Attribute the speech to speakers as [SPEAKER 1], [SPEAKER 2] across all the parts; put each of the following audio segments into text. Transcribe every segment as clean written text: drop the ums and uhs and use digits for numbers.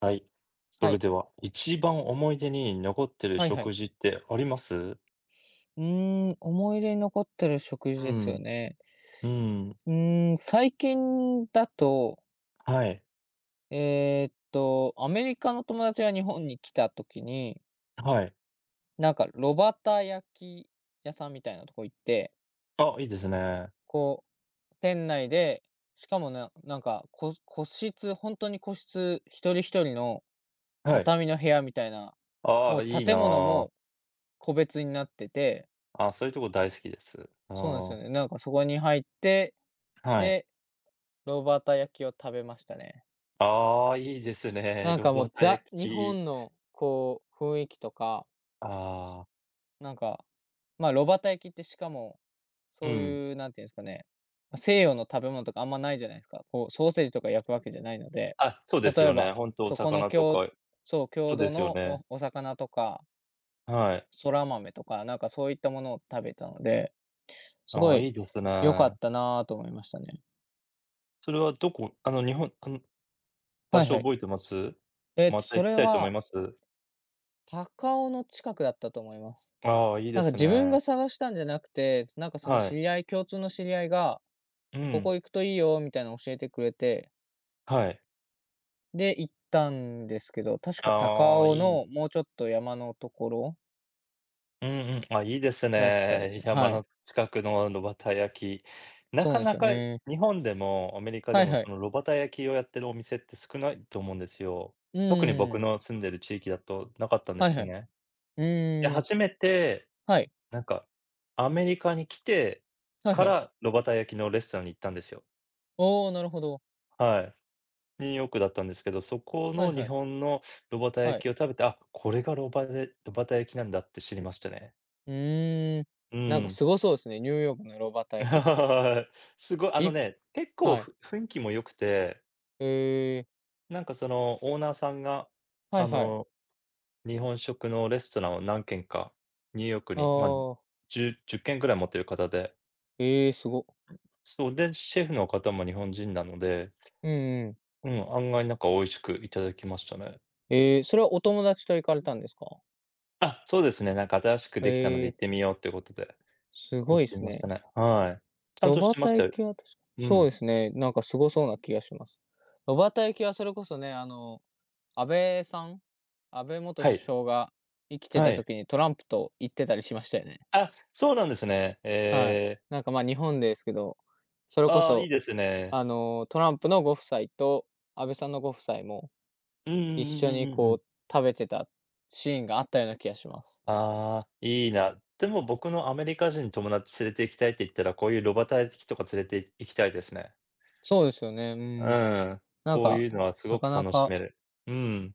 [SPEAKER 1] はい。そ
[SPEAKER 2] は
[SPEAKER 1] れ
[SPEAKER 2] い。
[SPEAKER 1] では、一番思い出に残ってる
[SPEAKER 2] はいは
[SPEAKER 1] 食
[SPEAKER 2] い。
[SPEAKER 1] 事ってあります？
[SPEAKER 2] 思い出に残ってる食事
[SPEAKER 1] う
[SPEAKER 2] ですよ
[SPEAKER 1] ん、
[SPEAKER 2] ね。
[SPEAKER 1] うん、
[SPEAKER 2] 最近だと、
[SPEAKER 1] はい、
[SPEAKER 2] アメリカの友達が日本に来た時に、
[SPEAKER 1] はい。
[SPEAKER 2] なんか炉端焼き屋さんみたいなとこ行って、
[SPEAKER 1] あ、いいですね。
[SPEAKER 2] こう、店内で、しかもな、なんか、こ個室、本当に個室、一人一人の
[SPEAKER 1] はい。
[SPEAKER 2] 畳の部屋みたいな、
[SPEAKER 1] あ
[SPEAKER 2] も
[SPEAKER 1] あ、
[SPEAKER 2] う
[SPEAKER 1] いい
[SPEAKER 2] 建物
[SPEAKER 1] な
[SPEAKER 2] も個別になってて、
[SPEAKER 1] あ。あ、そういうとこ大好きです。あ
[SPEAKER 2] そうなんですよ
[SPEAKER 1] あ、
[SPEAKER 2] ね。なんかそこに入って、
[SPEAKER 1] はい。
[SPEAKER 2] で、ロバータ焼きを食べましたね。
[SPEAKER 1] ああ、いいですね。
[SPEAKER 2] なん
[SPEAKER 1] 炉
[SPEAKER 2] かも
[SPEAKER 1] 端
[SPEAKER 2] う、
[SPEAKER 1] 焼
[SPEAKER 2] ザ、日
[SPEAKER 1] き。
[SPEAKER 2] 本のこう、雰囲気とか、
[SPEAKER 1] ああ、
[SPEAKER 2] なんか、まあ、炉タ焼きってしかも、
[SPEAKER 1] う
[SPEAKER 2] そう
[SPEAKER 1] ん。
[SPEAKER 2] いうなんていうんですかね、ま西洋の食べ物とかあんまないじゃないですか。こう、ソーセージとか焼くわけじゃないので、
[SPEAKER 1] あ、そうで
[SPEAKER 2] 例
[SPEAKER 1] す
[SPEAKER 2] え
[SPEAKER 1] よね。
[SPEAKER 2] ば、
[SPEAKER 1] ほんとお
[SPEAKER 2] そこの
[SPEAKER 1] 魚
[SPEAKER 2] き
[SPEAKER 1] とか、
[SPEAKER 2] そう、
[SPEAKER 1] そ
[SPEAKER 2] 郷
[SPEAKER 1] うで
[SPEAKER 2] 土
[SPEAKER 1] すよ
[SPEAKER 2] のお
[SPEAKER 1] ね。
[SPEAKER 2] お魚とか、
[SPEAKER 1] はい。
[SPEAKER 2] そら豆とか、なんかそういったものを食べたので、す
[SPEAKER 1] あ
[SPEAKER 2] ご
[SPEAKER 1] あ、い
[SPEAKER 2] い
[SPEAKER 1] いです
[SPEAKER 2] 良か
[SPEAKER 1] ね。
[SPEAKER 2] ったなぁと思いましたね。
[SPEAKER 1] それはどこ、日本、場
[SPEAKER 2] はい
[SPEAKER 1] 所
[SPEAKER 2] はい。
[SPEAKER 1] 覚えてます？また
[SPEAKER 2] そ
[SPEAKER 1] 行き
[SPEAKER 2] れ
[SPEAKER 1] たいと思い
[SPEAKER 2] は
[SPEAKER 1] ます？
[SPEAKER 2] 高尾の近くだったと思います。
[SPEAKER 1] ああ、いいで
[SPEAKER 2] なんか
[SPEAKER 1] す
[SPEAKER 2] 自分
[SPEAKER 1] ね。
[SPEAKER 2] が探したんじゃなくて、なんかその
[SPEAKER 1] は
[SPEAKER 2] 知
[SPEAKER 1] い。
[SPEAKER 2] り合い共通の知り合いが、
[SPEAKER 1] う
[SPEAKER 2] ここ
[SPEAKER 1] ん。
[SPEAKER 2] 行くといいよみたいなの教えてくれて、
[SPEAKER 1] はい。
[SPEAKER 2] で、行ったんですけど、確か高
[SPEAKER 1] ああ、
[SPEAKER 2] 尾
[SPEAKER 1] いい
[SPEAKER 2] のもうちょっと山のところ
[SPEAKER 1] うんうん。あ、いいです
[SPEAKER 2] だったです
[SPEAKER 1] ね。
[SPEAKER 2] ね。
[SPEAKER 1] 山
[SPEAKER 2] はい。
[SPEAKER 1] の近くの炉端焼き。な
[SPEAKER 2] そう
[SPEAKER 1] か
[SPEAKER 2] なんで
[SPEAKER 1] な
[SPEAKER 2] すよ
[SPEAKER 1] か
[SPEAKER 2] ね。
[SPEAKER 1] 日本でもアメリカで
[SPEAKER 2] はい
[SPEAKER 1] も、
[SPEAKER 2] は
[SPEAKER 1] そ
[SPEAKER 2] い。
[SPEAKER 1] の炉端焼きをやってるお店って少ないと思うんですよ。
[SPEAKER 2] う
[SPEAKER 1] 特に僕
[SPEAKER 2] ーん。
[SPEAKER 1] の住んでる地域だとなかったんで
[SPEAKER 2] はい
[SPEAKER 1] す
[SPEAKER 2] は
[SPEAKER 1] よ
[SPEAKER 2] い。
[SPEAKER 1] ね。
[SPEAKER 2] う
[SPEAKER 1] で、
[SPEAKER 2] ーん。
[SPEAKER 1] 初めて、
[SPEAKER 2] はい。
[SPEAKER 1] なんか、アメリカに来て
[SPEAKER 2] はい
[SPEAKER 1] か
[SPEAKER 2] はい。
[SPEAKER 1] ら炉端焼きのレストランに行ったんですよ。
[SPEAKER 2] おーなるほど。
[SPEAKER 1] はい。ニューヨークだったんですけど、そこ
[SPEAKER 2] はい
[SPEAKER 1] の
[SPEAKER 2] は
[SPEAKER 1] 日
[SPEAKER 2] い。
[SPEAKER 1] 本の炉端
[SPEAKER 2] は
[SPEAKER 1] 焼
[SPEAKER 2] い。
[SPEAKER 1] きを食べて、あ、これが炉バで炉端焼きなんだって知りましたね。
[SPEAKER 2] うーん。
[SPEAKER 1] う
[SPEAKER 2] なんか
[SPEAKER 1] ん。
[SPEAKER 2] すごそうですね、ニューヨークの炉端焼きって。
[SPEAKER 1] はい、すごい、あ
[SPEAKER 2] ピ
[SPEAKER 1] の
[SPEAKER 2] ッ
[SPEAKER 1] ね、結構
[SPEAKER 2] はい。
[SPEAKER 1] 雰囲気も良くて、
[SPEAKER 2] ええ。
[SPEAKER 1] なんかそのオーナーさんが、
[SPEAKER 2] はい
[SPEAKER 1] あ
[SPEAKER 2] はい。
[SPEAKER 1] の、日本食のレストランを何軒かニューヨーク
[SPEAKER 2] あ
[SPEAKER 1] に、まあ、
[SPEAKER 2] ー
[SPEAKER 1] 10、1軒ぐらい持ってる方で、
[SPEAKER 2] ええ、すご。
[SPEAKER 1] そう、で、シェフの方も日本人なので、
[SPEAKER 2] うんうん。
[SPEAKER 1] うん、案外なんか美味しくいただきましたね。
[SPEAKER 2] ええ、それはお友達と行かれたんですか？
[SPEAKER 1] あ、そうですね、なんか新しく
[SPEAKER 2] へ
[SPEAKER 1] できたので行
[SPEAKER 2] え、
[SPEAKER 1] ってみようってことで。
[SPEAKER 2] す
[SPEAKER 1] 行
[SPEAKER 2] ごい
[SPEAKER 1] っ
[SPEAKER 2] で
[SPEAKER 1] て
[SPEAKER 2] す
[SPEAKER 1] みました
[SPEAKER 2] ね。
[SPEAKER 1] ね。はい。ちゃん
[SPEAKER 2] 炉
[SPEAKER 1] とし
[SPEAKER 2] 端
[SPEAKER 1] てました
[SPEAKER 2] 焼
[SPEAKER 1] よ。
[SPEAKER 2] きは確か
[SPEAKER 1] う
[SPEAKER 2] そう
[SPEAKER 1] ん。
[SPEAKER 2] ですね、なんかすごそうな気がします。炉端焼きはそれこそね、あの、安倍さん安倍元
[SPEAKER 1] は
[SPEAKER 2] 首
[SPEAKER 1] い。
[SPEAKER 2] 相が生きて
[SPEAKER 1] は
[SPEAKER 2] た
[SPEAKER 1] い。
[SPEAKER 2] 時にトランプと行ってたりしましたよね。
[SPEAKER 1] あ、そうなんですね。
[SPEAKER 2] はい。
[SPEAKER 1] ええ、
[SPEAKER 2] なんか、ま、日本ですけど、それこ
[SPEAKER 1] ああ、いい
[SPEAKER 2] そ、
[SPEAKER 1] ですね。
[SPEAKER 2] あの、トランプのご夫妻と安倍さんのご夫妻も
[SPEAKER 1] うん
[SPEAKER 2] 一
[SPEAKER 1] うん
[SPEAKER 2] 緒
[SPEAKER 1] うん
[SPEAKER 2] に
[SPEAKER 1] うんう
[SPEAKER 2] こ
[SPEAKER 1] ん。
[SPEAKER 2] う食べてたシーンがあったような気がします。
[SPEAKER 1] ああ、いいな。でも僕のアメリカ人友達連れて行きたいって言ったら、こういう炉端焼きとか連れて行きたいですね。
[SPEAKER 2] そうですよね、う
[SPEAKER 1] う
[SPEAKER 2] ん。
[SPEAKER 1] ん。
[SPEAKER 2] なん
[SPEAKER 1] こう
[SPEAKER 2] か、
[SPEAKER 1] いうのはす
[SPEAKER 2] な
[SPEAKER 1] ご
[SPEAKER 2] か
[SPEAKER 1] く
[SPEAKER 2] な
[SPEAKER 1] 楽しめ
[SPEAKER 2] か、
[SPEAKER 1] る。うん。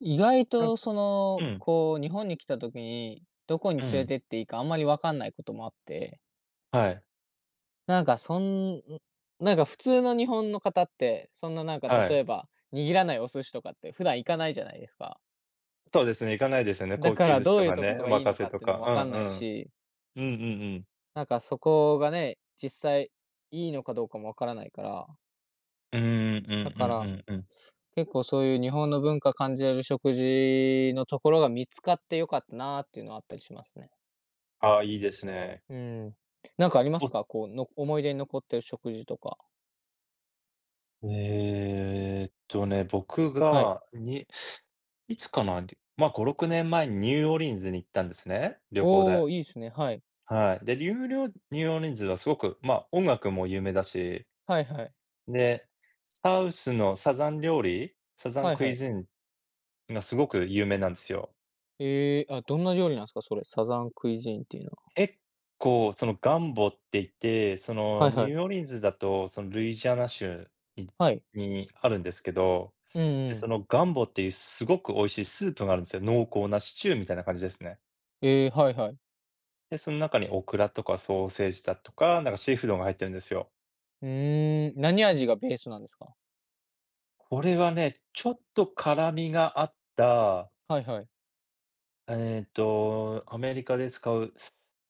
[SPEAKER 2] 意外
[SPEAKER 1] なん
[SPEAKER 2] とそ
[SPEAKER 1] う
[SPEAKER 2] の、
[SPEAKER 1] ん、
[SPEAKER 2] こう、日本に来た時に、どこに
[SPEAKER 1] う
[SPEAKER 2] 連れ
[SPEAKER 1] ん。
[SPEAKER 2] てっていいかあんまりわかんないこともあって、
[SPEAKER 1] はい、
[SPEAKER 2] なんかそんなんか普通の日本の方って、そんななんか
[SPEAKER 1] は
[SPEAKER 2] 例
[SPEAKER 1] い。
[SPEAKER 2] えば、握らないお寿司とかって普段行かないじゃないですか。
[SPEAKER 1] そうですね、行かないですよね。
[SPEAKER 2] だ
[SPEAKER 1] 高
[SPEAKER 2] か
[SPEAKER 1] 級
[SPEAKER 2] ら
[SPEAKER 1] 寿司
[SPEAKER 2] ど
[SPEAKER 1] と
[SPEAKER 2] ういう
[SPEAKER 1] か
[SPEAKER 2] とこ
[SPEAKER 1] ね、
[SPEAKER 2] ろ
[SPEAKER 1] お
[SPEAKER 2] がいい
[SPEAKER 1] 任
[SPEAKER 2] の
[SPEAKER 1] せ
[SPEAKER 2] かっ
[SPEAKER 1] と
[SPEAKER 2] ていうの
[SPEAKER 1] か。
[SPEAKER 2] もわ
[SPEAKER 1] う
[SPEAKER 2] か
[SPEAKER 1] ん
[SPEAKER 2] ん
[SPEAKER 1] う
[SPEAKER 2] ない
[SPEAKER 1] ん。
[SPEAKER 2] し、
[SPEAKER 1] うんうんうん。
[SPEAKER 2] なんかそこがね、実際いいのかどうかもわからないから、
[SPEAKER 1] うーん、うんう
[SPEAKER 2] だ
[SPEAKER 1] んう
[SPEAKER 2] か
[SPEAKER 1] んう
[SPEAKER 2] ら、
[SPEAKER 1] んうんうんうんうんうんうん。
[SPEAKER 2] 結構そういう日本の文化感じれる食事のところが見つかって良かったなっていうのはあったりしますね。
[SPEAKER 1] ああ、いいですね。
[SPEAKER 2] うん。なんかあります
[SPEAKER 1] お
[SPEAKER 2] か？こう、の思い出に残ってる食事とか。
[SPEAKER 1] ええとね、僕
[SPEAKER 2] はい。
[SPEAKER 1] が、にいつかな、まあ、5、6年前にニューオーリンズに行ったんですね、旅行
[SPEAKER 2] お
[SPEAKER 1] で。
[SPEAKER 2] お、いいですね。はい。
[SPEAKER 1] はい。で、ニューオーリンズはすごく、まあ、音楽も有名だし、
[SPEAKER 2] はいはい。
[SPEAKER 1] で、サウスのサザン料理、サザン
[SPEAKER 2] はい
[SPEAKER 1] ク
[SPEAKER 2] は
[SPEAKER 1] イ
[SPEAKER 2] い。
[SPEAKER 1] ズンがすごく有名なんですよ。
[SPEAKER 2] ええ、あ、どんな料理なんですか？それ、サザンクイジーンっていうのは。
[SPEAKER 1] 結構、そのガンボって言って、その
[SPEAKER 2] はいは
[SPEAKER 1] ニュ
[SPEAKER 2] い。
[SPEAKER 1] ーオーリンズだと、そのルイジアナ州に
[SPEAKER 2] はい。
[SPEAKER 1] にあるんですけど、
[SPEAKER 2] うん
[SPEAKER 1] で、
[SPEAKER 2] う
[SPEAKER 1] そ
[SPEAKER 2] ん。
[SPEAKER 1] のガンボっていうすごく美味しいスープがあるんですよ。濃厚なシチューみたいな感じですね。
[SPEAKER 2] ええ、はいはい。
[SPEAKER 1] で、その中にオクラとかソーセージだとか、なんかシーフードが入ってるんですよ。
[SPEAKER 2] 何味がベースなんですか？
[SPEAKER 1] これはね、ちょっと辛みがあった、
[SPEAKER 2] はいはい。
[SPEAKER 1] えっと、アメリカで使う、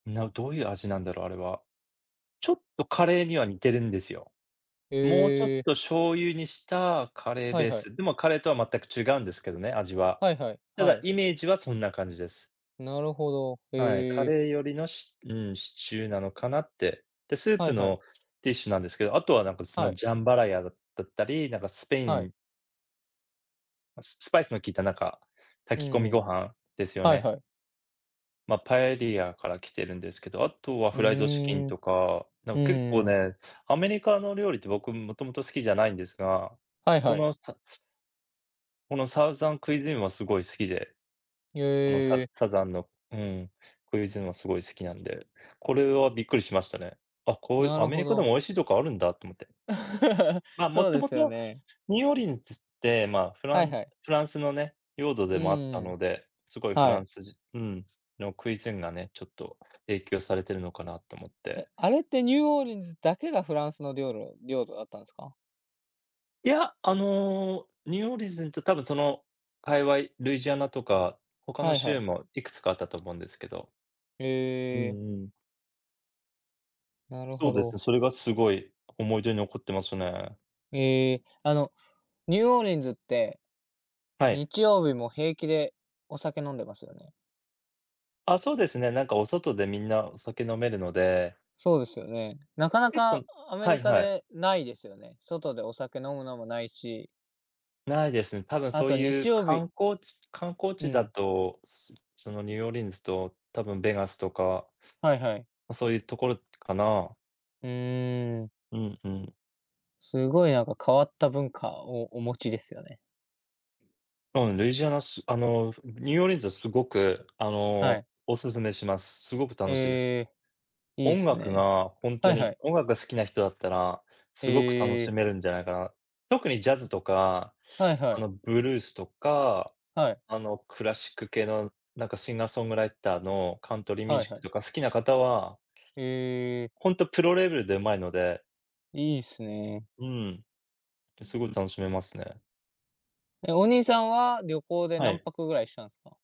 [SPEAKER 1] どういう味なんだろう、あれは。ちょっとカレーには似てるんですよ。
[SPEAKER 2] え
[SPEAKER 1] もうちょっ
[SPEAKER 2] え、
[SPEAKER 1] と醤油にしたカレー
[SPEAKER 2] はい
[SPEAKER 1] ベー
[SPEAKER 2] はい。
[SPEAKER 1] ス。でもカレーとは全く違うんですけどね、味は。
[SPEAKER 2] はいはい。
[SPEAKER 1] た
[SPEAKER 2] は
[SPEAKER 1] だ
[SPEAKER 2] い。
[SPEAKER 1] イメージはそんな感じです。
[SPEAKER 2] なるほど。
[SPEAKER 1] はい、カ
[SPEAKER 2] ええ。
[SPEAKER 1] レーよりのしうん、シチューなのかなって。で、スー
[SPEAKER 2] は
[SPEAKER 1] プ
[SPEAKER 2] いはい。
[SPEAKER 1] のティッシュなんですけど、あとはなんかそ
[SPEAKER 2] は
[SPEAKER 1] の
[SPEAKER 2] い。
[SPEAKER 1] ジャンバラヤだったり、なんかスペイ
[SPEAKER 2] は
[SPEAKER 1] ン、
[SPEAKER 2] い。
[SPEAKER 1] スパイスの効いたなんか
[SPEAKER 2] うん
[SPEAKER 1] 炊き込み
[SPEAKER 2] う
[SPEAKER 1] ご
[SPEAKER 2] ん。
[SPEAKER 1] 飯ですよ
[SPEAKER 2] はい
[SPEAKER 1] ね。
[SPEAKER 2] はい
[SPEAKER 1] まあ、パエリアから来てるんですけど、あとは
[SPEAKER 2] う
[SPEAKER 1] フライドチキン
[SPEAKER 2] んはいはいうーん。
[SPEAKER 1] とか、なん
[SPEAKER 2] うん
[SPEAKER 1] か結構
[SPEAKER 2] うんうん。
[SPEAKER 1] ね、アメリカの料理って僕もともと好きじゃないんですが、
[SPEAKER 2] はい
[SPEAKER 1] こ
[SPEAKER 2] はい。
[SPEAKER 1] のこのサウザンクイズインはすごい好きで、
[SPEAKER 2] え
[SPEAKER 1] この
[SPEAKER 2] え、
[SPEAKER 1] ザンのうん、クイズインはすごい好きなんで、これはびっくりしましたね。あ、こうい
[SPEAKER 2] な
[SPEAKER 1] うア
[SPEAKER 2] る
[SPEAKER 1] メ
[SPEAKER 2] ほ
[SPEAKER 1] リカでも
[SPEAKER 2] ど。
[SPEAKER 1] 美味しいとこあるんだと思って。まあ、も
[SPEAKER 2] そう
[SPEAKER 1] と
[SPEAKER 2] で
[SPEAKER 1] も
[SPEAKER 2] すよ
[SPEAKER 1] と
[SPEAKER 2] ね。
[SPEAKER 1] ニューオーリンズって、まあ、
[SPEAKER 2] はいはい。
[SPEAKER 1] フランスのね、領土で
[SPEAKER 2] う
[SPEAKER 1] もあったの
[SPEAKER 2] ん
[SPEAKER 1] で、すごいフ
[SPEAKER 2] は
[SPEAKER 1] ラン
[SPEAKER 2] い。
[SPEAKER 1] スじうん、のクイズインがね、ちょっと影響されてるのかなと思っ
[SPEAKER 2] え、
[SPEAKER 1] て。
[SPEAKER 2] あれってニューオーリンズだけがフランスの領土だったんですか？
[SPEAKER 1] いや、あの、ニューオーリンズと多分その界隈、ルイジアナとか、他の
[SPEAKER 2] はいは
[SPEAKER 1] 州
[SPEAKER 2] い。
[SPEAKER 1] もいくつかあったと思うんですけど。
[SPEAKER 2] え
[SPEAKER 1] う
[SPEAKER 2] え、
[SPEAKER 1] んうん。
[SPEAKER 2] なる
[SPEAKER 1] そ
[SPEAKER 2] ほ
[SPEAKER 1] うです
[SPEAKER 2] ど。
[SPEAKER 1] ね、それがすごい思い出に残ってますね。
[SPEAKER 2] ええ、あの、ニューオーリンズって、
[SPEAKER 1] はい。
[SPEAKER 2] 日曜日も平気でお酒飲んでますよね。
[SPEAKER 1] あ、そうですね、なんかお外でみんなお酒飲めるので、
[SPEAKER 2] そうですよね。なかな
[SPEAKER 1] 結
[SPEAKER 2] か
[SPEAKER 1] 構
[SPEAKER 2] アメ
[SPEAKER 1] は
[SPEAKER 2] リ
[SPEAKER 1] い
[SPEAKER 2] カ
[SPEAKER 1] はい。
[SPEAKER 2] でないですよね。外でお酒飲むのもないし、
[SPEAKER 1] ないですね。多分
[SPEAKER 2] あ
[SPEAKER 1] そう
[SPEAKER 2] と
[SPEAKER 1] いう
[SPEAKER 2] 日曜日
[SPEAKER 1] 観光
[SPEAKER 2] う
[SPEAKER 1] 地だ
[SPEAKER 2] ん、
[SPEAKER 1] と、そのニューオーリンズと多分ベガスとか、
[SPEAKER 2] はいはい。
[SPEAKER 1] ま、そういうところかな。
[SPEAKER 2] うーん、
[SPEAKER 1] うんうん。
[SPEAKER 2] すごいなんか変わった文化をお持ちですよね。
[SPEAKER 1] うん、ルイジアナすあの、ニューオーリンズはすごく、あ
[SPEAKER 2] は
[SPEAKER 1] の、
[SPEAKER 2] い。
[SPEAKER 1] お勧めします。すごく楽しいです。
[SPEAKER 2] ええ、いいっ
[SPEAKER 1] 音
[SPEAKER 2] す
[SPEAKER 1] 楽
[SPEAKER 2] ね。
[SPEAKER 1] が本
[SPEAKER 2] は
[SPEAKER 1] 当
[SPEAKER 2] いは
[SPEAKER 1] に、
[SPEAKER 2] い。
[SPEAKER 1] 音楽が好きな人だったら、
[SPEAKER 2] え
[SPEAKER 1] すごく楽し
[SPEAKER 2] え、
[SPEAKER 1] めるんじゃないかな。特にジャズとか、
[SPEAKER 2] はいは
[SPEAKER 1] あ
[SPEAKER 2] い。
[SPEAKER 1] の、ブルースとか、
[SPEAKER 2] はい。
[SPEAKER 1] あの、クラシック系の、なんかシンガーソングライターのカントリーミュー
[SPEAKER 2] はい
[SPEAKER 1] ジッ
[SPEAKER 2] は
[SPEAKER 1] ク
[SPEAKER 2] い。
[SPEAKER 1] とか好きな方は、
[SPEAKER 2] ええ、
[SPEAKER 1] ほんとプロレベルで上手いので、
[SPEAKER 2] いいっすね。
[SPEAKER 1] うん、すごい楽しめますね。
[SPEAKER 2] え、お兄さんは旅行で
[SPEAKER 1] は
[SPEAKER 2] 何
[SPEAKER 1] い。
[SPEAKER 2] 泊ぐらいしたんすか？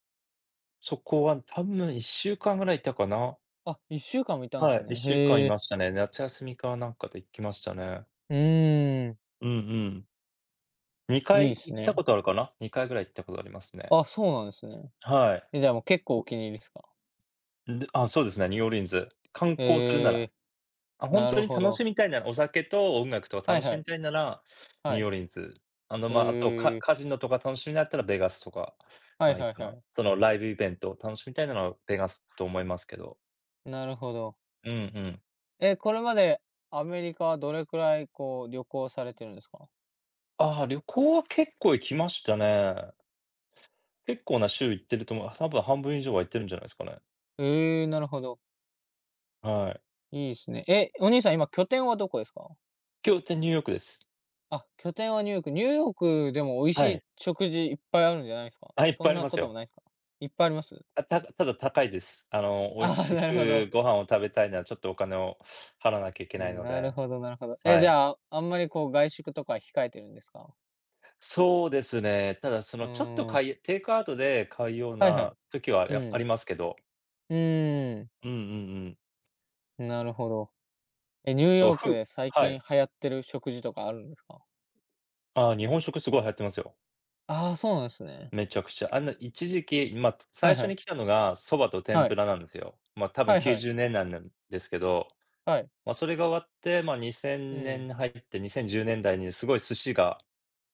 [SPEAKER 1] そこは多分1週間ぐらいいたかな。
[SPEAKER 2] あ、1週間もいたん
[SPEAKER 1] は
[SPEAKER 2] す
[SPEAKER 1] い、
[SPEAKER 2] ね。
[SPEAKER 1] 1週間い
[SPEAKER 2] へえ、
[SPEAKER 1] ましたね。夏休みかなんかで行きましたね。
[SPEAKER 2] うーん、
[SPEAKER 1] うんうん。2
[SPEAKER 2] いいっ
[SPEAKER 1] 回
[SPEAKER 2] す
[SPEAKER 1] 行ったこ
[SPEAKER 2] ね。
[SPEAKER 1] とあるかな、2回ぐらい行ったことありますね。
[SPEAKER 2] あ、そうなんですね。
[SPEAKER 1] はい。
[SPEAKER 2] え、じゃあもう結構お気に入りっすか？
[SPEAKER 1] あ、そうですね、ニューオーリンズ。観光するな
[SPEAKER 2] え
[SPEAKER 1] ら、
[SPEAKER 2] え、
[SPEAKER 1] あ、本
[SPEAKER 2] な
[SPEAKER 1] 当
[SPEAKER 2] る
[SPEAKER 1] に
[SPEAKER 2] ほ
[SPEAKER 1] 楽し
[SPEAKER 2] ど。
[SPEAKER 1] みたいなら、お酒と音楽とか
[SPEAKER 2] はい
[SPEAKER 1] 楽し
[SPEAKER 2] は
[SPEAKER 1] み
[SPEAKER 2] い。
[SPEAKER 1] たいなら、ニ
[SPEAKER 2] は
[SPEAKER 1] ューオ
[SPEAKER 2] い。
[SPEAKER 1] ーリンズ。あの、まあ、あと、
[SPEAKER 2] ええ、
[SPEAKER 1] カジノとか楽しみだったらベガスとか
[SPEAKER 2] はい
[SPEAKER 1] がいい
[SPEAKER 2] はい
[SPEAKER 1] か
[SPEAKER 2] は
[SPEAKER 1] な。
[SPEAKER 2] い。
[SPEAKER 1] そのライブイベントを楽しみたいならベガスと思いますけど。
[SPEAKER 2] なるほど。
[SPEAKER 1] うんうん。
[SPEAKER 2] え、これまでアメリカはどれくらいこう旅行されてるんですか？
[SPEAKER 1] ああ、旅行は結構行きましたね。結構な週行ってると思う。多分半分以上は行ってるんじゃないですかね。
[SPEAKER 2] ええ、なるほど。
[SPEAKER 1] はい。
[SPEAKER 2] いいですね。え、お兄さん今拠点はどこですか？
[SPEAKER 1] 今日ってニューヨークです。
[SPEAKER 2] あ、拠点はニューヨーク。ニューヨークでも美味し
[SPEAKER 1] は
[SPEAKER 2] い
[SPEAKER 1] い。
[SPEAKER 2] 食事いっぱいあるんじゃないですか？
[SPEAKER 1] あ、いっ
[SPEAKER 2] そ
[SPEAKER 1] ぱい
[SPEAKER 2] ん
[SPEAKER 1] あり
[SPEAKER 2] な
[SPEAKER 1] ま
[SPEAKER 2] こ
[SPEAKER 1] す
[SPEAKER 2] と
[SPEAKER 1] よ。
[SPEAKER 2] もないですか？いっぱいあります？
[SPEAKER 1] あ、たただ高いです。あの、美味
[SPEAKER 2] ああ、
[SPEAKER 1] し
[SPEAKER 2] なるほど。
[SPEAKER 1] くご飯を食べたいなら、ちょっとお金を払わなきゃいけ
[SPEAKER 2] う
[SPEAKER 1] ない
[SPEAKER 2] ん、
[SPEAKER 1] の
[SPEAKER 2] なる
[SPEAKER 1] で、
[SPEAKER 2] ほどなるほど。え、
[SPEAKER 1] は
[SPEAKER 2] じ
[SPEAKER 1] い。
[SPEAKER 2] ゃあ、あんまりこう外食とか控えてるんですか？
[SPEAKER 1] そうですね。ただそ
[SPEAKER 2] う
[SPEAKER 1] のちょっと
[SPEAKER 2] ーん。
[SPEAKER 1] テイクアウトで買うよう
[SPEAKER 2] はいは
[SPEAKER 1] な
[SPEAKER 2] い。
[SPEAKER 1] 時は、
[SPEAKER 2] う
[SPEAKER 1] あ
[SPEAKER 2] ん。
[SPEAKER 1] りますけど。
[SPEAKER 2] うーん、
[SPEAKER 1] うんうんうん。
[SPEAKER 2] なるほど。え、ニュー
[SPEAKER 1] そう、
[SPEAKER 2] ヨーク
[SPEAKER 1] ふう
[SPEAKER 2] で最
[SPEAKER 1] は
[SPEAKER 2] 近
[SPEAKER 1] い。
[SPEAKER 2] 流行ってる食事とかあるんですか？
[SPEAKER 1] ああ、日本食すごい流行ってますよ。
[SPEAKER 2] ああ、そうなんですね。
[SPEAKER 1] めちゃくちゃ。あの、一時期、ま、
[SPEAKER 2] は
[SPEAKER 1] 最
[SPEAKER 2] い
[SPEAKER 1] 初
[SPEAKER 2] は
[SPEAKER 1] に
[SPEAKER 2] い。
[SPEAKER 1] 来たのが蕎麦と天
[SPEAKER 2] は
[SPEAKER 1] ぷ
[SPEAKER 2] い。
[SPEAKER 1] らなんですよ。ま、多分
[SPEAKER 2] はいはい。
[SPEAKER 1] 90年なんですけど、
[SPEAKER 2] はい。
[SPEAKER 1] ま、それが終わって、ま、
[SPEAKER 2] う
[SPEAKER 1] 2000年
[SPEAKER 2] ん。
[SPEAKER 1] に入って2010年代にすごい寿司が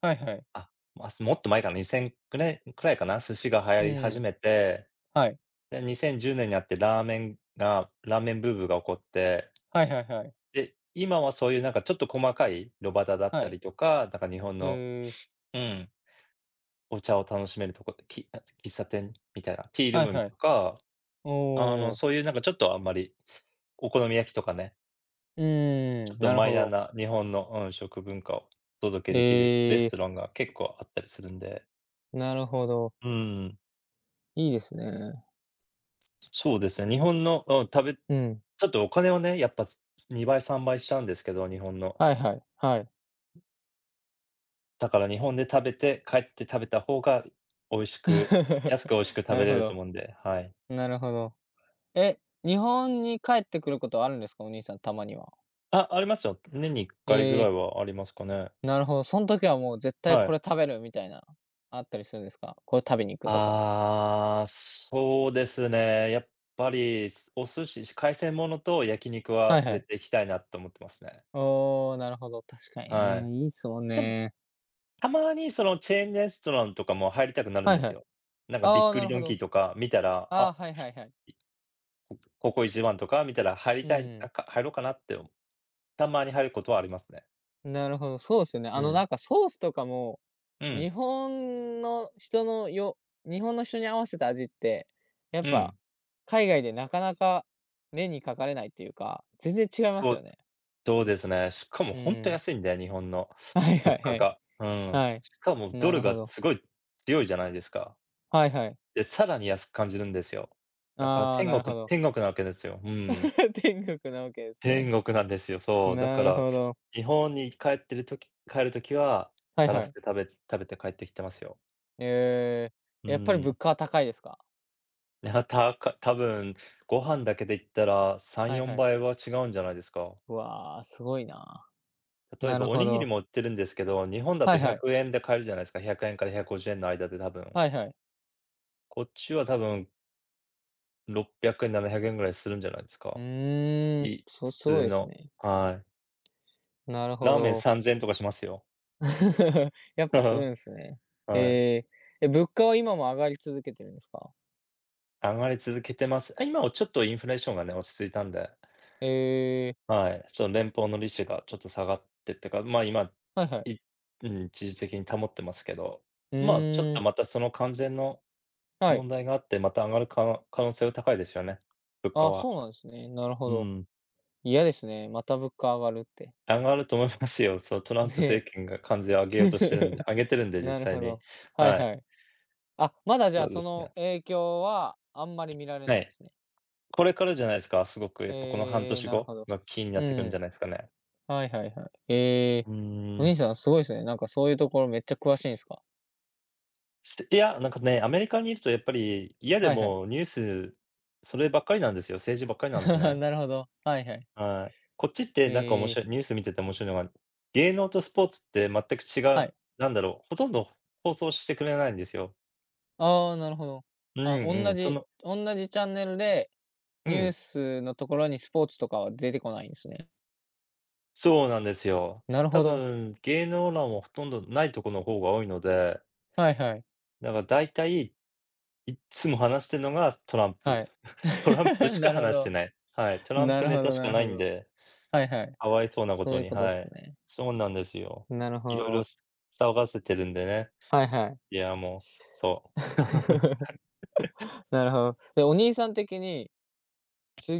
[SPEAKER 2] はいはい。
[SPEAKER 1] あ、ま、もっと前かな、2000くらいかな、寿司が流行
[SPEAKER 2] う
[SPEAKER 1] り始
[SPEAKER 2] ん。
[SPEAKER 1] めて、
[SPEAKER 2] はい。
[SPEAKER 1] で、2010年になってラーメンがラーメンブームが起こって、
[SPEAKER 2] はいはいはい。
[SPEAKER 1] で、今はそういうなんかちょっと細かい炉端だっ
[SPEAKER 2] は
[SPEAKER 1] たり
[SPEAKER 2] い。
[SPEAKER 1] とか、なんか日本
[SPEAKER 2] え
[SPEAKER 1] の、
[SPEAKER 2] え、
[SPEAKER 1] うん、お茶を楽しめるとこって、喫茶店みたいな、ティール
[SPEAKER 2] はい
[SPEAKER 1] ーム
[SPEAKER 2] は
[SPEAKER 1] と
[SPEAKER 2] い。
[SPEAKER 1] か、あ
[SPEAKER 2] お
[SPEAKER 1] の、
[SPEAKER 2] お、
[SPEAKER 1] そういうなんかちょっとあんまり、お好み焼きとかね、
[SPEAKER 2] う
[SPEAKER 1] ちょ
[SPEAKER 2] ー
[SPEAKER 1] っ
[SPEAKER 2] ん、
[SPEAKER 1] と
[SPEAKER 2] なる
[SPEAKER 1] マ
[SPEAKER 2] ほ
[SPEAKER 1] イナー
[SPEAKER 2] ど。
[SPEAKER 1] な日本の、うん、食文化をお届けできるレ
[SPEAKER 2] え
[SPEAKER 1] ス
[SPEAKER 2] え、
[SPEAKER 1] トランが結構あったりするんで。
[SPEAKER 2] なるほど。
[SPEAKER 1] うん。
[SPEAKER 2] いいですね。
[SPEAKER 1] そうですね、日本の、ち
[SPEAKER 2] うん。
[SPEAKER 1] ょっとお金をね、やっぱ、す2倍、3倍しちゃうんですけど、日本の。
[SPEAKER 2] はいはい、はい。
[SPEAKER 1] だから日本で食べて、帰って食べた方が美味しく安 く美味しく食
[SPEAKER 2] な
[SPEAKER 1] べ
[SPEAKER 2] る
[SPEAKER 1] れ
[SPEAKER 2] ほ
[SPEAKER 1] ると
[SPEAKER 2] ど、
[SPEAKER 1] 思うんで、はい。
[SPEAKER 2] なるほど。え、日本に帰ってくることはあるんですか？お兄さん、たまには。
[SPEAKER 1] あ、ありますよ。年に1
[SPEAKER 2] え
[SPEAKER 1] 回ぐらい
[SPEAKER 2] え、
[SPEAKER 1] はありますかね。
[SPEAKER 2] なるほど。そん時はもう絶対
[SPEAKER 1] は
[SPEAKER 2] こ
[SPEAKER 1] い。
[SPEAKER 2] れ食べるみたいな、あったりするんですか？これ食べに行くとか。
[SPEAKER 1] ああ、そうですね。やっぱり、お寿司、海鮮ものと焼肉
[SPEAKER 2] はい
[SPEAKER 1] は
[SPEAKER 2] はい。
[SPEAKER 1] 絶対行きたいなと思ってますね。
[SPEAKER 2] おお、なるほど、確かに
[SPEAKER 1] はい。
[SPEAKER 2] ね、いいっすもん
[SPEAKER 1] でも、
[SPEAKER 2] ね。
[SPEAKER 1] たまにそのチェーンレストランとかも入りたくなるん
[SPEAKER 2] は
[SPEAKER 1] で
[SPEAKER 2] い
[SPEAKER 1] す
[SPEAKER 2] はい。
[SPEAKER 1] よ。なんかび
[SPEAKER 2] あ
[SPEAKER 1] っ
[SPEAKER 2] あ、
[SPEAKER 1] く
[SPEAKER 2] な
[SPEAKER 1] り
[SPEAKER 2] る
[SPEAKER 1] ド
[SPEAKER 2] ほ
[SPEAKER 1] ンキー
[SPEAKER 2] ど。
[SPEAKER 1] とか見たら、
[SPEAKER 2] ああ、
[SPEAKER 1] あ、
[SPEAKER 2] はいはいはい。
[SPEAKER 1] いこここ一番とか見たら入り
[SPEAKER 2] う
[SPEAKER 1] たい、
[SPEAKER 2] ん
[SPEAKER 1] 入ろうかなって、う。たまに入ることはありますね。
[SPEAKER 2] なるほど、そうですよね。
[SPEAKER 1] う
[SPEAKER 2] あの、な
[SPEAKER 1] ん。
[SPEAKER 2] んかソースとかも、
[SPEAKER 1] うん。
[SPEAKER 2] 日本の人のよ日本の人に合わせた味って、やっ
[SPEAKER 1] う
[SPEAKER 2] ぱ
[SPEAKER 1] ん。
[SPEAKER 2] 海外でなかなか目にかかれないっていうか、全然違いま
[SPEAKER 1] そ
[SPEAKER 2] す
[SPEAKER 1] う、
[SPEAKER 2] よね。
[SPEAKER 1] そうですね。しかも
[SPEAKER 2] う
[SPEAKER 1] ほんと
[SPEAKER 2] ん。
[SPEAKER 1] 安いんだよ日本の
[SPEAKER 2] はいは
[SPEAKER 1] 物
[SPEAKER 2] い
[SPEAKER 1] 価
[SPEAKER 2] はい。
[SPEAKER 1] が。うん。
[SPEAKER 2] はい。
[SPEAKER 1] しかもド
[SPEAKER 2] な
[SPEAKER 1] ル
[SPEAKER 2] るほ
[SPEAKER 1] が
[SPEAKER 2] ど。
[SPEAKER 1] すごい強いじゃないですか。
[SPEAKER 2] はいはい。
[SPEAKER 1] で、さらに安く感じるんですよ。だから
[SPEAKER 2] ああ、なるほど。
[SPEAKER 1] 天国なわけですよ。うん。
[SPEAKER 2] 天国なわけですね。
[SPEAKER 1] 天国なんですよ。そう。だ
[SPEAKER 2] な
[SPEAKER 1] か
[SPEAKER 2] る
[SPEAKER 1] ら、
[SPEAKER 2] ほど。
[SPEAKER 1] 日本に帰ってる時帰るときは、
[SPEAKER 2] はい
[SPEAKER 1] たら
[SPEAKER 2] は
[SPEAKER 1] ふく
[SPEAKER 2] い。
[SPEAKER 1] 食べて帰ってきてますよ。
[SPEAKER 2] え
[SPEAKER 1] う
[SPEAKER 2] え、やっぱり
[SPEAKER 1] ー
[SPEAKER 2] 物
[SPEAKER 1] ん。
[SPEAKER 2] 価は高いですか？
[SPEAKER 1] いや、多分、ご飯だけで言ったら3、
[SPEAKER 2] はいは
[SPEAKER 1] 4
[SPEAKER 2] い。
[SPEAKER 1] 倍は違うんじゃないですか。
[SPEAKER 2] うわあ、すごいな。
[SPEAKER 1] 例え
[SPEAKER 2] な
[SPEAKER 1] ば
[SPEAKER 2] る
[SPEAKER 1] お
[SPEAKER 2] ほ
[SPEAKER 1] にぎり
[SPEAKER 2] ど。
[SPEAKER 1] も売ってるんですけど、日本だ
[SPEAKER 2] は
[SPEAKER 1] と
[SPEAKER 2] いはい。
[SPEAKER 1] 100円で買えるじゃないですか。100円から150円の間で多分。
[SPEAKER 2] はいはい。
[SPEAKER 1] こっちは多分600円、700円ぐらいするんじゃないです
[SPEAKER 2] う
[SPEAKER 1] か。
[SPEAKER 2] ーん、そう、
[SPEAKER 1] 普
[SPEAKER 2] すごい
[SPEAKER 1] 通
[SPEAKER 2] です
[SPEAKER 1] の、
[SPEAKER 2] ね。
[SPEAKER 1] はい。
[SPEAKER 2] なるほ
[SPEAKER 1] ラーメン
[SPEAKER 2] ど。
[SPEAKER 1] 3000円とかしますよ。
[SPEAKER 2] やっぱする んすね。え
[SPEAKER 1] はい。
[SPEAKER 2] え、え、物価は今も上がり続けてるんですか？
[SPEAKER 1] 上がり続けてます。あ、今はちょっとインフレーションがね、落ち着いたんで、
[SPEAKER 2] ええ、
[SPEAKER 1] はい、ちょっと連邦の利子がちょっと下がってってか、まあ、今、
[SPEAKER 2] はいはい。
[SPEAKER 1] いうん、一時的に保ってますけど、
[SPEAKER 2] う
[SPEAKER 1] まあ、ちょっ
[SPEAKER 2] ーん、
[SPEAKER 1] とまたその関税の
[SPEAKER 2] はい。
[SPEAKER 1] 問題があって、また上がるか可能性は高いですよね、物価
[SPEAKER 2] あ、
[SPEAKER 1] は。
[SPEAKER 2] そうなんですね。なるほ
[SPEAKER 1] う
[SPEAKER 2] ど。
[SPEAKER 1] ん、
[SPEAKER 2] 嫌ですね、また物価上がるって。
[SPEAKER 1] 上がると思いますよ。そう、トランプ
[SPEAKER 2] ね
[SPEAKER 1] 政権が関税を
[SPEAKER 2] え。
[SPEAKER 1] 上げようとしてるん で上げてるんで、実
[SPEAKER 2] なる
[SPEAKER 1] 際
[SPEAKER 2] ほ
[SPEAKER 1] に。
[SPEAKER 2] ど。はい
[SPEAKER 1] はい、
[SPEAKER 2] はい。あ、まだじゃ
[SPEAKER 1] そ
[SPEAKER 2] あ、
[SPEAKER 1] うで
[SPEAKER 2] そ
[SPEAKER 1] す
[SPEAKER 2] の
[SPEAKER 1] ね。
[SPEAKER 2] 影響はあんまり見られ
[SPEAKER 1] は
[SPEAKER 2] ないで
[SPEAKER 1] い。
[SPEAKER 2] すね。
[SPEAKER 1] これからじゃないですか、すごくやっぱこの半
[SPEAKER 2] ええ、
[SPEAKER 1] 年
[SPEAKER 2] なる
[SPEAKER 1] 後
[SPEAKER 2] ほど。
[SPEAKER 1] がキーにな
[SPEAKER 2] う
[SPEAKER 1] ってくるんじゃ
[SPEAKER 2] ん、
[SPEAKER 1] ないですかね。
[SPEAKER 2] はいはいはい。ええ、
[SPEAKER 1] うー
[SPEAKER 2] お
[SPEAKER 1] ん。
[SPEAKER 2] 兄さんすごいですね。なんかそういうところめっちゃ詳しいんですか？
[SPEAKER 1] いや、なんかね、アメリカにいるとやっぱり、嫌で
[SPEAKER 2] はいはい。
[SPEAKER 1] もニュース、そればっかりなんですよ。政治ばっかりなんです ね。
[SPEAKER 2] なるほど。はいはい。
[SPEAKER 1] はい。こっちってなんか面
[SPEAKER 2] え
[SPEAKER 1] 白
[SPEAKER 2] ー
[SPEAKER 1] い、ニュース見てて面白いのが、芸能とスポーツって全く違
[SPEAKER 2] は
[SPEAKER 1] う、
[SPEAKER 2] い。
[SPEAKER 1] なんだろう、ほとんど放送してくれないんですよ。
[SPEAKER 2] ああ、なるほど。
[SPEAKER 1] う
[SPEAKER 2] あ、
[SPEAKER 1] んう
[SPEAKER 2] 同
[SPEAKER 1] ん、
[SPEAKER 2] じ同じチャンネルで、
[SPEAKER 1] う
[SPEAKER 2] ニュー
[SPEAKER 1] ん、
[SPEAKER 2] スのところにスポーツとかは出てこないんですね。
[SPEAKER 1] そうなんですよ。
[SPEAKER 2] なる
[SPEAKER 1] 多
[SPEAKER 2] ほど。
[SPEAKER 1] 分芸能欄はほとんどないとこの方が多いので、
[SPEAKER 2] はいはい。
[SPEAKER 1] だから大体いつも話してるのがトランプ。
[SPEAKER 2] はい。
[SPEAKER 1] トランプ しか
[SPEAKER 2] なるほ
[SPEAKER 1] 話して
[SPEAKER 2] ど。
[SPEAKER 1] ない。はい、トラン
[SPEAKER 2] な
[SPEAKER 1] プ
[SPEAKER 2] るほ
[SPEAKER 1] ネタ
[SPEAKER 2] ど
[SPEAKER 1] しか
[SPEAKER 2] な
[SPEAKER 1] な
[SPEAKER 2] るほ
[SPEAKER 1] いん
[SPEAKER 2] ど。
[SPEAKER 1] で、
[SPEAKER 2] はいはい。
[SPEAKER 1] かわいそうなこ
[SPEAKER 2] そう
[SPEAKER 1] と
[SPEAKER 2] いう
[SPEAKER 1] に、
[SPEAKER 2] ことっ
[SPEAKER 1] は
[SPEAKER 2] す
[SPEAKER 1] い。
[SPEAKER 2] ね。
[SPEAKER 1] そうなんですよ。
[SPEAKER 2] なるほ
[SPEAKER 1] いろいろ
[SPEAKER 2] ど。
[SPEAKER 1] す騒がせてるんでね。
[SPEAKER 2] はいはい。
[SPEAKER 1] いや、もう、そう。
[SPEAKER 2] なるほど。で、お兄さん的に、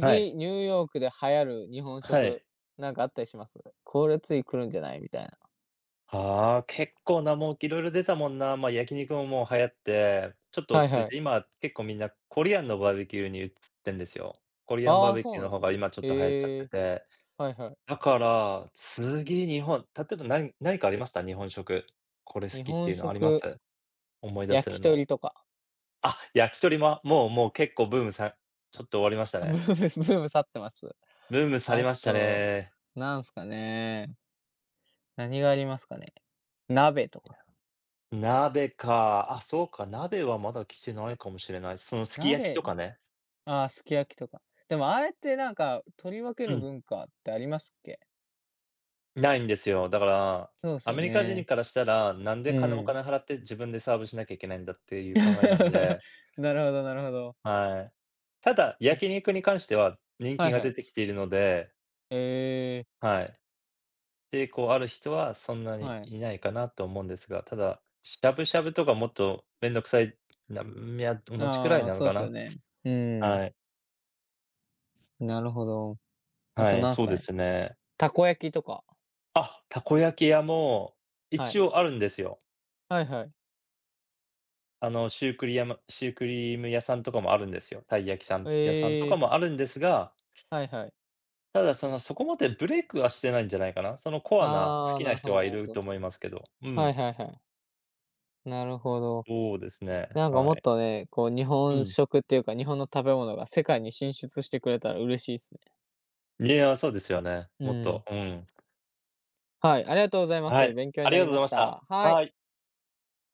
[SPEAKER 1] はい、
[SPEAKER 2] ニューヨークで流行る日本
[SPEAKER 1] は
[SPEAKER 2] 食、
[SPEAKER 1] い。
[SPEAKER 2] なんかあったりします？これつい来るんじゃないみたいな。
[SPEAKER 1] ああ、結構もういろいろ出たもんな。ま、焼肉ももう流行って、ちょっと
[SPEAKER 2] は
[SPEAKER 1] 落
[SPEAKER 2] い
[SPEAKER 1] ち着い
[SPEAKER 2] は
[SPEAKER 1] て、
[SPEAKER 2] い。
[SPEAKER 1] 今結構みんなコリアンのバーベキューに移ってんですよ。コリアンバ
[SPEAKER 2] あ
[SPEAKER 1] ー
[SPEAKER 2] あ、
[SPEAKER 1] ベ
[SPEAKER 2] そ
[SPEAKER 1] キ
[SPEAKER 2] う
[SPEAKER 1] ュー
[SPEAKER 2] なん
[SPEAKER 1] の
[SPEAKER 2] で
[SPEAKER 1] 方
[SPEAKER 2] す
[SPEAKER 1] が
[SPEAKER 2] ね。
[SPEAKER 1] 今ちょっと流行っちゃっ
[SPEAKER 2] へ
[SPEAKER 1] て
[SPEAKER 2] え、
[SPEAKER 1] て。
[SPEAKER 2] はいはい。
[SPEAKER 1] だから、次日本、例えば何かありました？日本食。これ好
[SPEAKER 2] 日
[SPEAKER 1] きって
[SPEAKER 2] 本
[SPEAKER 1] いうのありま
[SPEAKER 2] 食、
[SPEAKER 1] す？思い出せ
[SPEAKER 2] 焼
[SPEAKER 1] る
[SPEAKER 2] き
[SPEAKER 1] の。
[SPEAKER 2] 鳥とか、
[SPEAKER 1] あ、焼き鳥も、もう結構ブームさちょっと終わりましたね。
[SPEAKER 2] ブーム去ってます。
[SPEAKER 1] ブーム去り
[SPEAKER 2] あ
[SPEAKER 1] ました
[SPEAKER 2] と、
[SPEAKER 1] ね。
[SPEAKER 2] なんすかね、何がありますかね。鍋とか。
[SPEAKER 1] 鍋か、あ、そうか、鍋はまだ来てないかもしれない。そのすき焼き
[SPEAKER 2] 鍋、
[SPEAKER 1] とかね。
[SPEAKER 2] ああ、すき焼きとか。でも、ああやってなんか、取り分け
[SPEAKER 1] う
[SPEAKER 2] る
[SPEAKER 1] ん、
[SPEAKER 2] 文化ってありますっけ？
[SPEAKER 1] ないんですよ。だから、
[SPEAKER 2] そうです
[SPEAKER 1] ア
[SPEAKER 2] よ
[SPEAKER 1] メリカ人
[SPEAKER 2] ね。
[SPEAKER 1] からしたら、なんで
[SPEAKER 2] う
[SPEAKER 1] お
[SPEAKER 2] ん。
[SPEAKER 1] 金払って自分でサーブしなきゃいけないんだっていう考えなん で、
[SPEAKER 2] なるほどなるほど。
[SPEAKER 1] はい。ただ、
[SPEAKER 2] お
[SPEAKER 1] 焼肉に関しては人
[SPEAKER 2] は
[SPEAKER 1] 気
[SPEAKER 2] い
[SPEAKER 1] が
[SPEAKER 2] は
[SPEAKER 1] 出
[SPEAKER 2] い。
[SPEAKER 1] てきているので、
[SPEAKER 2] ええ、
[SPEAKER 1] はい。抵抗ある人はそんな
[SPEAKER 2] は
[SPEAKER 1] に
[SPEAKER 2] い。
[SPEAKER 1] いないかなと思うんですが、ただ、しゃぶしゃぶとかもっとめんどくさい、な、いや、同じくらい
[SPEAKER 2] ああ、
[SPEAKER 1] なの
[SPEAKER 2] そうで
[SPEAKER 1] か
[SPEAKER 2] すよ
[SPEAKER 1] な。
[SPEAKER 2] ね。うん、
[SPEAKER 1] はい。
[SPEAKER 2] なるほど。あと
[SPEAKER 1] はい、
[SPEAKER 2] なん
[SPEAKER 1] そ
[SPEAKER 2] す
[SPEAKER 1] う
[SPEAKER 2] か
[SPEAKER 1] で
[SPEAKER 2] ね、
[SPEAKER 1] すね。
[SPEAKER 2] たこ焼きとか、
[SPEAKER 1] あ、たこ焼き屋も
[SPEAKER 2] は
[SPEAKER 1] 一
[SPEAKER 2] い。
[SPEAKER 1] 応あるんですよ。
[SPEAKER 2] はいはい。
[SPEAKER 1] あの、シュークリーム屋さんとかもあるんですよ。たい焼きさん屋さんと
[SPEAKER 2] え
[SPEAKER 1] か
[SPEAKER 2] え、
[SPEAKER 1] もあるんですが、
[SPEAKER 2] はいはい。
[SPEAKER 1] ただその、そこまでブレイクはしてないんじゃないかな。そのコアな好
[SPEAKER 2] ああ、
[SPEAKER 1] き
[SPEAKER 2] な
[SPEAKER 1] な
[SPEAKER 2] るほ
[SPEAKER 1] 人は
[SPEAKER 2] ど
[SPEAKER 1] い
[SPEAKER 2] なる
[SPEAKER 1] る
[SPEAKER 2] ほ
[SPEAKER 1] と
[SPEAKER 2] ど。
[SPEAKER 1] 思いますけど。う
[SPEAKER 2] はい
[SPEAKER 1] ん。
[SPEAKER 2] はいはい。なるほど。
[SPEAKER 1] そうですね、
[SPEAKER 2] なんか
[SPEAKER 1] は
[SPEAKER 2] もっ
[SPEAKER 1] い。
[SPEAKER 2] とね、こう日
[SPEAKER 1] う
[SPEAKER 2] 本
[SPEAKER 1] ん。
[SPEAKER 2] 食っていうか、日本の食べ物が世界に進出してくれたら嬉しいっすね。
[SPEAKER 1] いや、そうですよね。
[SPEAKER 2] う
[SPEAKER 1] もっと、
[SPEAKER 2] ん。
[SPEAKER 1] うん。
[SPEAKER 2] はい、ありがとうございま
[SPEAKER 1] は
[SPEAKER 2] す。
[SPEAKER 1] い、
[SPEAKER 2] 勉強に
[SPEAKER 1] あり
[SPEAKER 2] な
[SPEAKER 1] が
[SPEAKER 2] り
[SPEAKER 1] とうご
[SPEAKER 2] ま
[SPEAKER 1] ざい
[SPEAKER 2] し
[SPEAKER 1] ました。
[SPEAKER 2] た。は
[SPEAKER 1] は
[SPEAKER 2] い。
[SPEAKER 1] い。